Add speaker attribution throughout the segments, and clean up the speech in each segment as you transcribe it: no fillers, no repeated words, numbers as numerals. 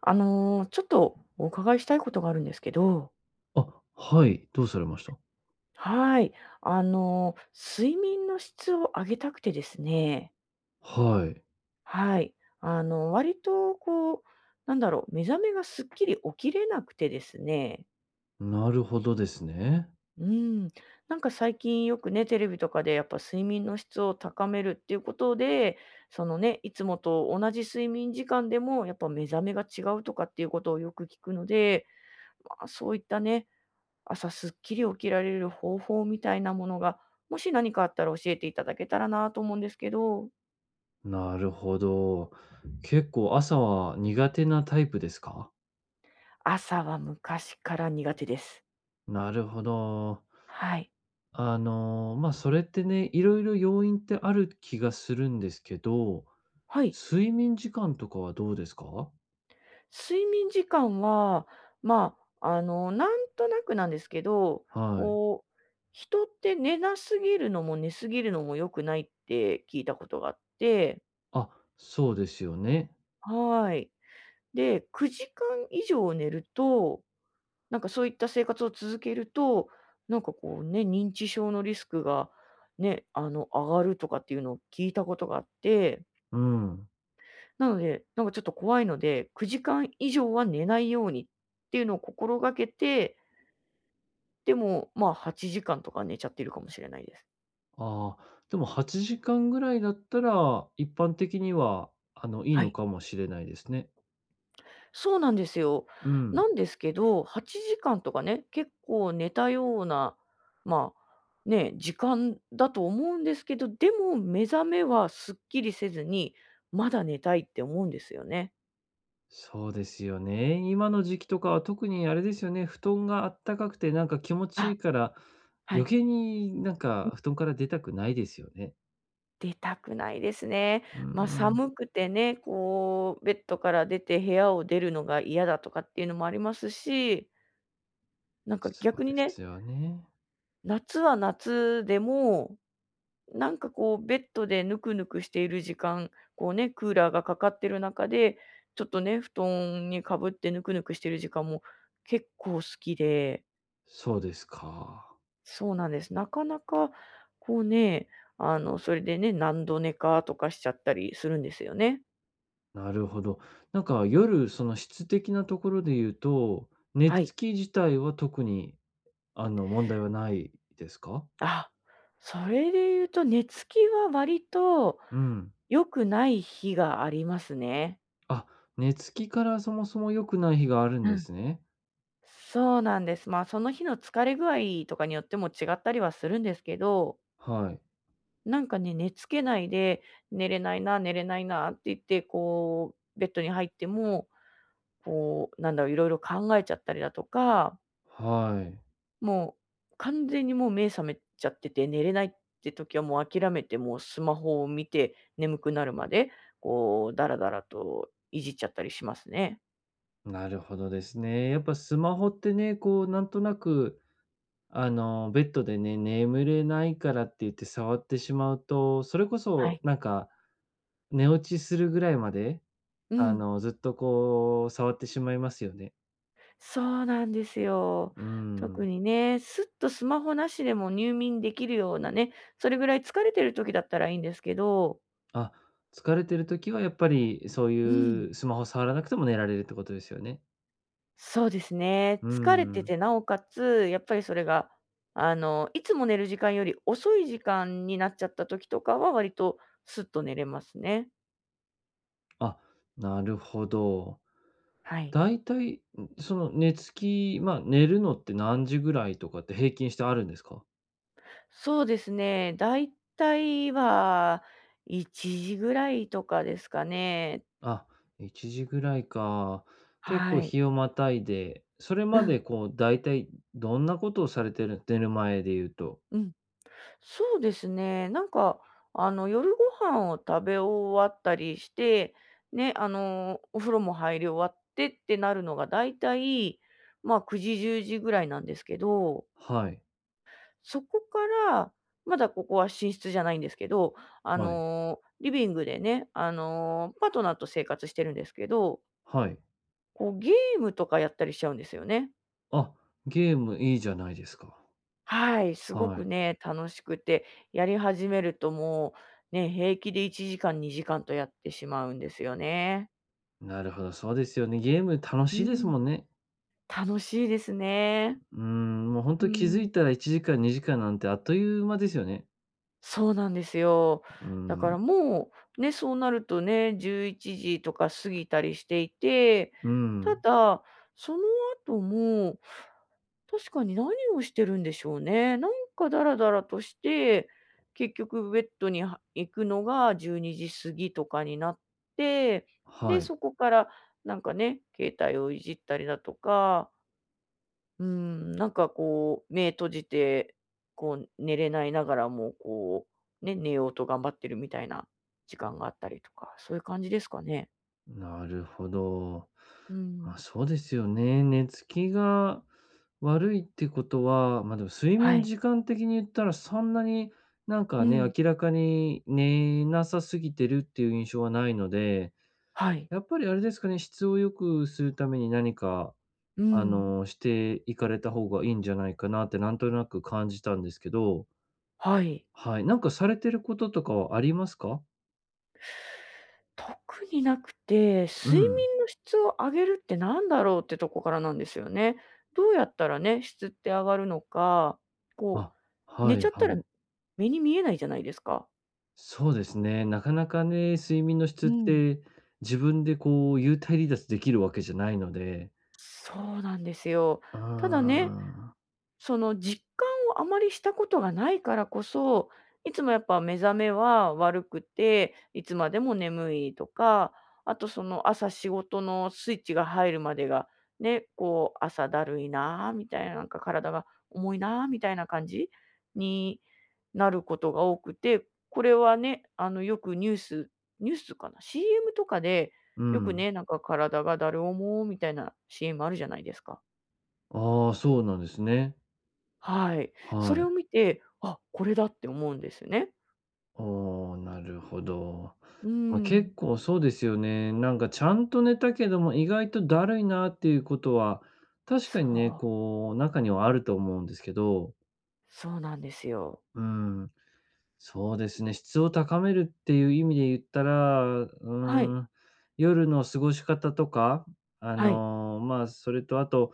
Speaker 1: ちょっとお伺いしたいことがあるんですけど、
Speaker 2: あ、はい、どうされました？
Speaker 1: はい。あの、睡眠の質を上げたくてですね、
Speaker 2: はい、
Speaker 1: はい。割とこう、なんだろう、目覚めがすっきり起きれなくてですね、
Speaker 2: なるほどですね。
Speaker 1: うん。なんか最近よくね、テレビとかでやっぱ睡眠の質を高めるっていうことで、そのね、いつもと同じ睡眠時間でもやっぱ目覚めが違うとかっていうことをよく聞くので、まあそういったね、朝すっきり起きられる方法みたいなものが、もし何かあったら教えていただけたらなと思うんですけど、
Speaker 2: なるほど。結構朝は苦手なタイプですか？
Speaker 1: 朝は昔から苦手です。
Speaker 2: なるほど。
Speaker 1: はい。
Speaker 2: ま、あそれってね、いろいろ要因ってある気がするんですけど、
Speaker 1: はい。
Speaker 2: 睡眠時間とかはどうですか？
Speaker 1: 睡眠時間は、まあ、なんとなくなんですけど、
Speaker 2: はい。
Speaker 1: こう、人って寝なすぎるのも寝すぎるのも良くないって聞いたことがあって、
Speaker 2: あ、そうですよね。
Speaker 1: はい。で、9時間以上寝ると、なんかそういった生活を続けると、なんかこうね、認知症のリスクがね、上がるとかっていうのを聞いたことがあって、
Speaker 2: うん。
Speaker 1: なので、なんかちょっと怖いので、9時間以上は寝ないようにっていうのを心がけて、でも、まあ8時間とか寝ちゃってるかもしれないです。
Speaker 2: ああ、でも8時間ぐらいだったら、一般的には、いい
Speaker 1: は
Speaker 2: の
Speaker 1: い。
Speaker 2: かもしれないですね。
Speaker 1: そうなんですよ。
Speaker 2: うん。
Speaker 1: なんですけど、8時間とかね、結構寝たような、まあ、ね、時間だと思うんですけど、でも目覚めはすっきりせずに、まだ寝たいって思うんですよね。
Speaker 2: そうですよね。今の時期とかは特にあれですよね、布団があったかくてなんか気持ちい
Speaker 1: あ、
Speaker 2: いから、
Speaker 1: は
Speaker 2: 余
Speaker 1: い。
Speaker 2: 計になんか布団から出たくないですよね。
Speaker 1: 出たくないですね。
Speaker 2: うん
Speaker 1: ま、
Speaker 2: うん。
Speaker 1: 寒くてね、こうベッドから出て部屋を出るのが嫌だとかっていうのもありますし、なんか
Speaker 2: そう
Speaker 1: 逆に
Speaker 2: で
Speaker 1: ね、
Speaker 2: すよね。
Speaker 1: 夏は夏でもなんかこう、ベッドでぬくぬくしている時間、こうね、クーラーがかかってる中で、ちょっとね、布団にかぶってぬくぬくしてる時間も結構好きで、
Speaker 2: そうですか。
Speaker 1: そうなんです。なかなか、こうね、それでね、何度寝かとかしちゃったりするんですよね。
Speaker 2: なるほど。なんか夜、その質的なところで言うと、寝
Speaker 1: は
Speaker 2: つ
Speaker 1: い。
Speaker 2: き自体は特にあの問題はないですか？
Speaker 1: あ、それで言うと、寝つきは割と
Speaker 2: うん。
Speaker 1: 良くない日がありますね。
Speaker 2: あ、寝つきからそもそも良くない日があるん
Speaker 1: う
Speaker 2: で
Speaker 1: ん。
Speaker 2: すね。
Speaker 1: そうなんです。まあ、その日の疲れ具合とかによっても違ったりはするんですけど、
Speaker 2: はい。
Speaker 1: なんかね、寝付けないで、寝れないな、寝れないなって言って、こう、ベッドに入っても、こう、なんだろう、いろいろ考えちゃったりだとか、
Speaker 2: はい。
Speaker 1: もう完全にもう目覚めちゃってて、寝れないって時はもう諦めて、もうスマホを見て、眠くなるまで、こう、だらだらといじっちゃったりしますね。
Speaker 2: なるほどですね。やっぱスマホってね、こう、なんとなく、ベッドでね、眠れないからって言って触ってしまうと、それこ
Speaker 1: は
Speaker 2: そ、
Speaker 1: い。
Speaker 2: なんか、寝落ちするぐらいまで、
Speaker 1: うん。
Speaker 2: ずっとこう、触ってしまいますよね。
Speaker 1: そうなんですよ。
Speaker 2: う
Speaker 1: 特
Speaker 2: ん。
Speaker 1: にね、すっとスマホなしでも入眠できるようなね、それぐらい疲れてる時だったらいいんですけど、
Speaker 2: あ、疲れてる時はやっぱり、そう
Speaker 1: うん。
Speaker 2: いうスマホ触らなくても寝られるってことですよね。
Speaker 1: そうですね。
Speaker 2: う
Speaker 1: 疲れて
Speaker 2: ん。
Speaker 1: て、なおかつ、やっぱりそれが、いつも寝る時間より遅い時間になっちゃった時とかは、割とスッと寝れますね。
Speaker 2: あ、なるほど。
Speaker 1: はい。
Speaker 2: 大体、その寝つき、まあ、寝るのって何時ぐらいとかって平均してあるんですか？
Speaker 1: そうですね。だいたいは1時ぐらいとかですかね。
Speaker 2: あ、1時ぐらいか。結構
Speaker 1: はい。
Speaker 2: 日をまたいで、それ
Speaker 1: う
Speaker 2: ま
Speaker 1: ん。
Speaker 2: でこうだいたいどんなことをされてる寝る前で言うと。
Speaker 1: うん。そうですね。なんか、夜ご飯を食べ終わったりして、ね、お風呂も入り終わってってなるのがだいたい、まあ、9時、10時ぐらいなんですけど、
Speaker 2: はい、
Speaker 1: そこから、まだここは寝室じゃないんですけど、
Speaker 2: はい、
Speaker 1: リビングでね、パートナーと生活してるんですけど、
Speaker 2: はい。
Speaker 1: こう、ゲームとかやったりしちゃうんですよね。
Speaker 2: あ、ゲームいいじゃないですか。
Speaker 1: はい、すご
Speaker 2: は
Speaker 1: く
Speaker 2: い。
Speaker 1: ね、楽しくて、やり始めるともう、ね、平気で1時間、2時間とやってしまうんですよね。
Speaker 2: なるほど、そうですよね。ゲーム楽
Speaker 1: う
Speaker 2: しいです
Speaker 1: ん。
Speaker 2: もんね。
Speaker 1: 楽しいですね。
Speaker 2: うーん、もうほん
Speaker 1: う
Speaker 2: と気づ
Speaker 1: ん。
Speaker 2: いたら1時間、2時間なんてあっという間ですよね。
Speaker 1: そうなんですよ。
Speaker 2: うー
Speaker 1: だか
Speaker 2: ん、
Speaker 1: らもう、ね、そうなるとね、11時とか過ぎたりしていて、
Speaker 2: うー
Speaker 1: た
Speaker 2: ん、
Speaker 1: だ、その後も確かに何をしてるんでしょうね。なんかダラダラとして、結局ベッドには行くのが12時過ぎとかになって、で、
Speaker 2: はい。
Speaker 1: そこからなんかね、携帯をいじったりだとか、うん、なんかこう、目閉じて、こう寝れないながらも、こう、ね、寝ようと頑張ってるみたいな時間があったりとか、そういう感じですかね。
Speaker 2: なるほど。
Speaker 1: うん。
Speaker 2: あ、そうですよね。寝つきが悪いってことは、ま、でも睡
Speaker 1: は
Speaker 2: 眠
Speaker 1: い。
Speaker 2: 時間的に言ったらそんなに、なん
Speaker 1: う
Speaker 2: かね、
Speaker 1: ん。
Speaker 2: 明らかに寝なさすぎてるっていう印象はないので、
Speaker 1: はい。
Speaker 2: やっぱりあれですかね、質を良くするために何か、
Speaker 1: うん。
Speaker 2: していかれた方がいいんじゃないかなってなんとなく感じたんですけど、
Speaker 1: はい。
Speaker 2: はい、なんかされてることとかはありますか？
Speaker 1: 特になくて、
Speaker 2: う
Speaker 1: 睡
Speaker 2: ん。
Speaker 1: 眠の質を上げるってなんだろうってとこからなんですよね。どうやったらね、質って上がるのか、こう、
Speaker 2: あ、
Speaker 1: 寝
Speaker 2: はい
Speaker 1: ちゃったら
Speaker 2: はい。
Speaker 1: 目に見えないじゃないですか。
Speaker 2: そうですね。なかなかね、睡眠の質
Speaker 1: う
Speaker 2: っ
Speaker 1: ん。
Speaker 2: て、自分でこう幽体離脱できるわけじゃないので。
Speaker 1: そうなんですよ。
Speaker 2: うー
Speaker 1: ただね、
Speaker 2: ん。
Speaker 1: その実感をあまりしたことがないからこそ、いつもやっぱ目覚めは悪くて、いつまでも眠いとか、あとその朝仕事のスイッチが入るまでが、ね、こう朝だるいなあみたいな、なんか体が重いなあみたいな感じになることが多くて、これはね、あのよくニュースかな、CM とかで、
Speaker 2: う
Speaker 1: よく
Speaker 2: ん。
Speaker 1: ね、なんか体がだるおもみたいな CM あるじゃないですか。
Speaker 2: ああ、そうなんですね。
Speaker 1: はい。そ
Speaker 2: は
Speaker 1: れ
Speaker 2: い。
Speaker 1: を見て、あ、これだって思うんですね。
Speaker 2: おお、なるほど。
Speaker 1: う
Speaker 2: ま、結
Speaker 1: ん。
Speaker 2: 構そうですよね。なんかちゃんと寝たけども、意外とだるいなっていうことは、
Speaker 1: そ
Speaker 2: 確かにね、
Speaker 1: う、
Speaker 2: こう中にはあると思うんですけど。
Speaker 1: そうなんですよ。
Speaker 2: うーん。そうですね、質を高めるっていう意味で言ったら、う
Speaker 1: は
Speaker 2: ー
Speaker 1: い、
Speaker 2: ん、夜の過ごし方とか、
Speaker 1: はい、
Speaker 2: まあ、それとあと、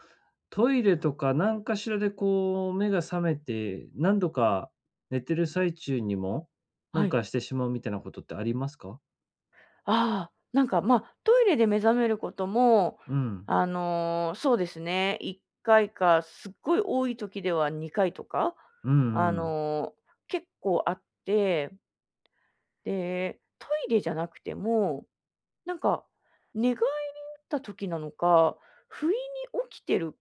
Speaker 2: トイレとか何かしらでこう目が覚めて、何度か寝てる最中にも、な
Speaker 1: は
Speaker 2: ん
Speaker 1: い。
Speaker 2: かしてしまうみたいなことってありますか？
Speaker 1: ああ、なんか、まあ、トイレで目覚めることも、
Speaker 2: うん。
Speaker 1: そうですね、1回か、すっごい多い時では2回とか、
Speaker 2: う
Speaker 1: あ
Speaker 2: んうん。
Speaker 1: の、結構あって、で、トイレじゃなくてもなんか、寝返り打った時なのか、不意に起きてる、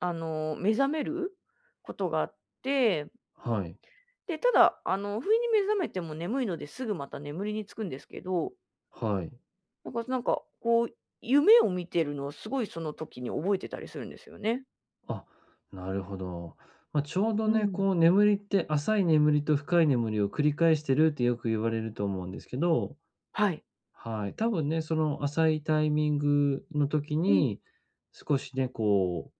Speaker 1: 目覚めることがあって、
Speaker 2: はい。
Speaker 1: で、ただ、不意に目覚めても眠いのですぐまた眠りにつくんですけど、
Speaker 2: はい。
Speaker 1: なんか、こう、夢を見てるのをすごいその時に覚えてたりするんですよね。
Speaker 2: あ、なるほど。まあ、ちょうど
Speaker 1: う
Speaker 2: ね、
Speaker 1: ん。
Speaker 2: こう眠りって、浅い眠りと深い眠りを繰り返してるってよく言われると思うんですけど。
Speaker 1: はい。
Speaker 2: はい。多分ね、その浅いタイミングの時
Speaker 1: うん、
Speaker 2: に、少しね、こ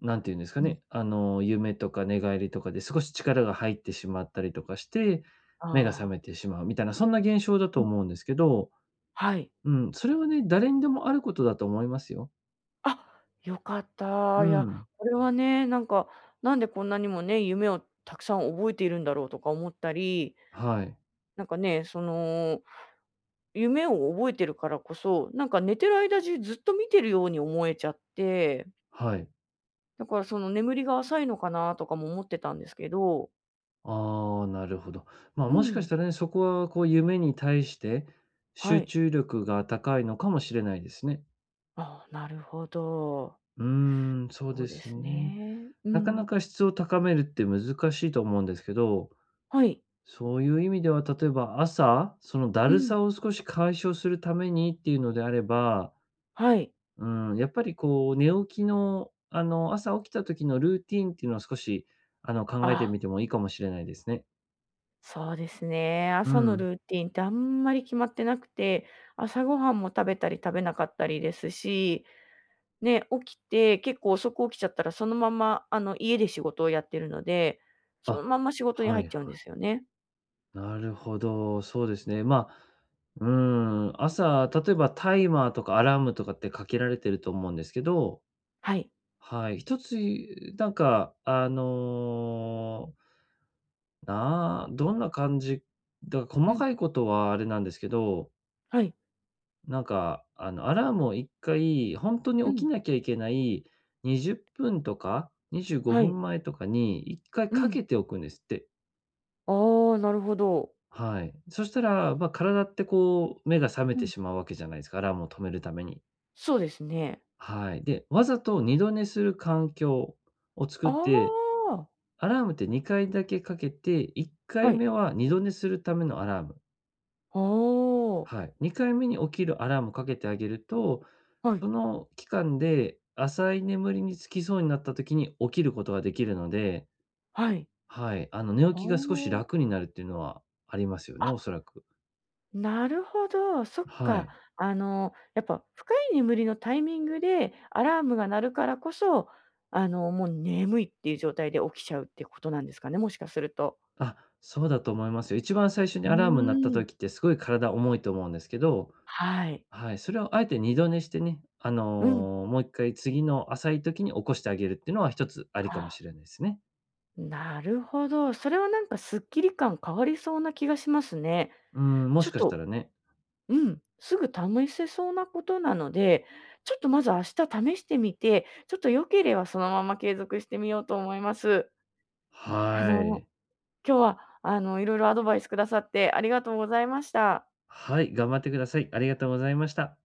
Speaker 2: う、なんていうんですか
Speaker 1: うん。
Speaker 2: ね、夢とか寝返りとかで少し力が入ってしまったりとかして、目が覚
Speaker 1: あ
Speaker 2: め
Speaker 1: あ。
Speaker 2: てしまうみたいな、そんな現象だ
Speaker 1: う
Speaker 2: と
Speaker 1: ん。
Speaker 2: 思うんですけど、
Speaker 1: はい。
Speaker 2: うん、それはね、誰にでもあることだと思いますよ。
Speaker 1: あ、よかっ
Speaker 2: う
Speaker 1: た。いや、
Speaker 2: ん。
Speaker 1: これはね、なんか、なんでこんなにもね、夢をたくさん覚えているんだろうとか思ったり
Speaker 2: はい。
Speaker 1: なんかね、その、夢を覚えてるからこそ、なんか寝てる間中ずっと見てるように思えちゃって、
Speaker 2: はい。
Speaker 1: だからその眠りが浅いのかなとかも思ってたんですけど、
Speaker 2: ああ、なるほど。まあ、
Speaker 1: う
Speaker 2: もしか
Speaker 1: ん、
Speaker 2: したらね、そこはこう、夢に対して
Speaker 1: は
Speaker 2: 集
Speaker 1: い。
Speaker 2: 中力が高いのかもしれないですね。
Speaker 1: ああ、なるほど。
Speaker 2: うーん、そう
Speaker 1: そう
Speaker 2: で
Speaker 1: で
Speaker 2: す
Speaker 1: す
Speaker 2: ね。
Speaker 1: ね。う
Speaker 2: なか
Speaker 1: ん。
Speaker 2: なか質を高めるって難しいと思うんですけど、
Speaker 1: はい。
Speaker 2: そういう意味では、例えば朝、そのだ
Speaker 1: う
Speaker 2: る
Speaker 1: ん。
Speaker 2: さを少し解消するためにっていうのであれば、
Speaker 1: はい。
Speaker 2: うん、やっぱりこう寝起きの、朝起きた時のルーティンっていうのを少し、考え
Speaker 1: あ、
Speaker 2: てみてもいいかもしれないですね。
Speaker 1: そうですね。
Speaker 2: う
Speaker 1: 朝の
Speaker 2: ん。
Speaker 1: ルーティンってあんまり決まってなくて、朝ごはんも食べたり食べなかったりですし、ね、起きて、結構遅く起きちゃったら、そのまま、家で仕事をやってるので、その
Speaker 2: あ、
Speaker 1: まま仕事に
Speaker 2: は
Speaker 1: 入っ
Speaker 2: い
Speaker 1: ちゃうんで
Speaker 2: は
Speaker 1: す
Speaker 2: い。
Speaker 1: よね。
Speaker 2: なるほど、そうですね。まあ、うん、朝、例えばタイマーとかアラームとかってかけられてると思うんですけど、
Speaker 1: はい。
Speaker 2: はい、一ついなんか、なあどんな感じだから
Speaker 1: う
Speaker 2: 細
Speaker 1: ん。
Speaker 2: かいことはあれなんですけど、
Speaker 1: はい。
Speaker 2: なんか、アラームを1回、ほんとに
Speaker 1: う
Speaker 2: 起き
Speaker 1: ん。
Speaker 2: なきゃいけない20分とか25
Speaker 1: は
Speaker 2: 分
Speaker 1: い。
Speaker 2: 前とかに一回
Speaker 1: う
Speaker 2: かいか
Speaker 1: ん。
Speaker 2: けておくんですって。
Speaker 1: ああ、なるほど。
Speaker 2: はい。そしたら、ま、体ってこう目が覚め
Speaker 1: う
Speaker 2: て
Speaker 1: ん。
Speaker 2: しまうわけじゃないですか、アラームを止めるために。
Speaker 1: そうですね。
Speaker 2: はい。で、わざと二度寝する環境を作
Speaker 1: あ
Speaker 2: って
Speaker 1: あ、
Speaker 2: アラームって2回だけかけて、1
Speaker 1: は
Speaker 2: 回
Speaker 1: い。
Speaker 2: 目は2度寝するためのアラーム。
Speaker 1: ああ、はい、
Speaker 2: はい。2回目に起きるアラームをかけてあげると、
Speaker 1: はい。
Speaker 2: その期間で浅い眠りにつきそうになった時に起きることができるので、
Speaker 1: はい、
Speaker 2: はい、寝起
Speaker 1: あ
Speaker 2: きが少し
Speaker 1: あ。
Speaker 2: 楽になるっていうのはありますよね、
Speaker 1: あ、
Speaker 2: おそらく。
Speaker 1: なるほど、そっ
Speaker 2: は
Speaker 1: か。
Speaker 2: い。
Speaker 1: やっぱ深い眠りのタイミングでアラームが鳴るからこそ、もう眠いっていう状態で起きちゃうってことなんですかね、もしかすると。
Speaker 2: あ、そうだと思いますよ。一番最初
Speaker 1: う
Speaker 2: にアラーム鳴った
Speaker 1: ーん。
Speaker 2: 時ってすごい体重いと思うんですけど、
Speaker 1: はい。
Speaker 2: はい、それをあえて二度寝してね、
Speaker 1: うん。
Speaker 2: もう一回次の浅い時に起こしてあげるっていうのは一つありかも
Speaker 1: あ、
Speaker 2: しれないですね。
Speaker 1: なるほど。それはなんかすっきり感変わりそうな気がしますね。
Speaker 2: うん、も
Speaker 1: ちょ
Speaker 2: し
Speaker 1: っ
Speaker 2: かした
Speaker 1: と、
Speaker 2: らね。
Speaker 1: うん、すぐ試せそうなことなので、ちょっとまず明日試してみて、ちょっと良ければそのまま継続してみようと思います。あ
Speaker 2: は
Speaker 1: の
Speaker 2: い。
Speaker 1: 今日はいろいろアドバイスくださってありがとうございました。
Speaker 2: はい、頑張ってください。ありがとうございました。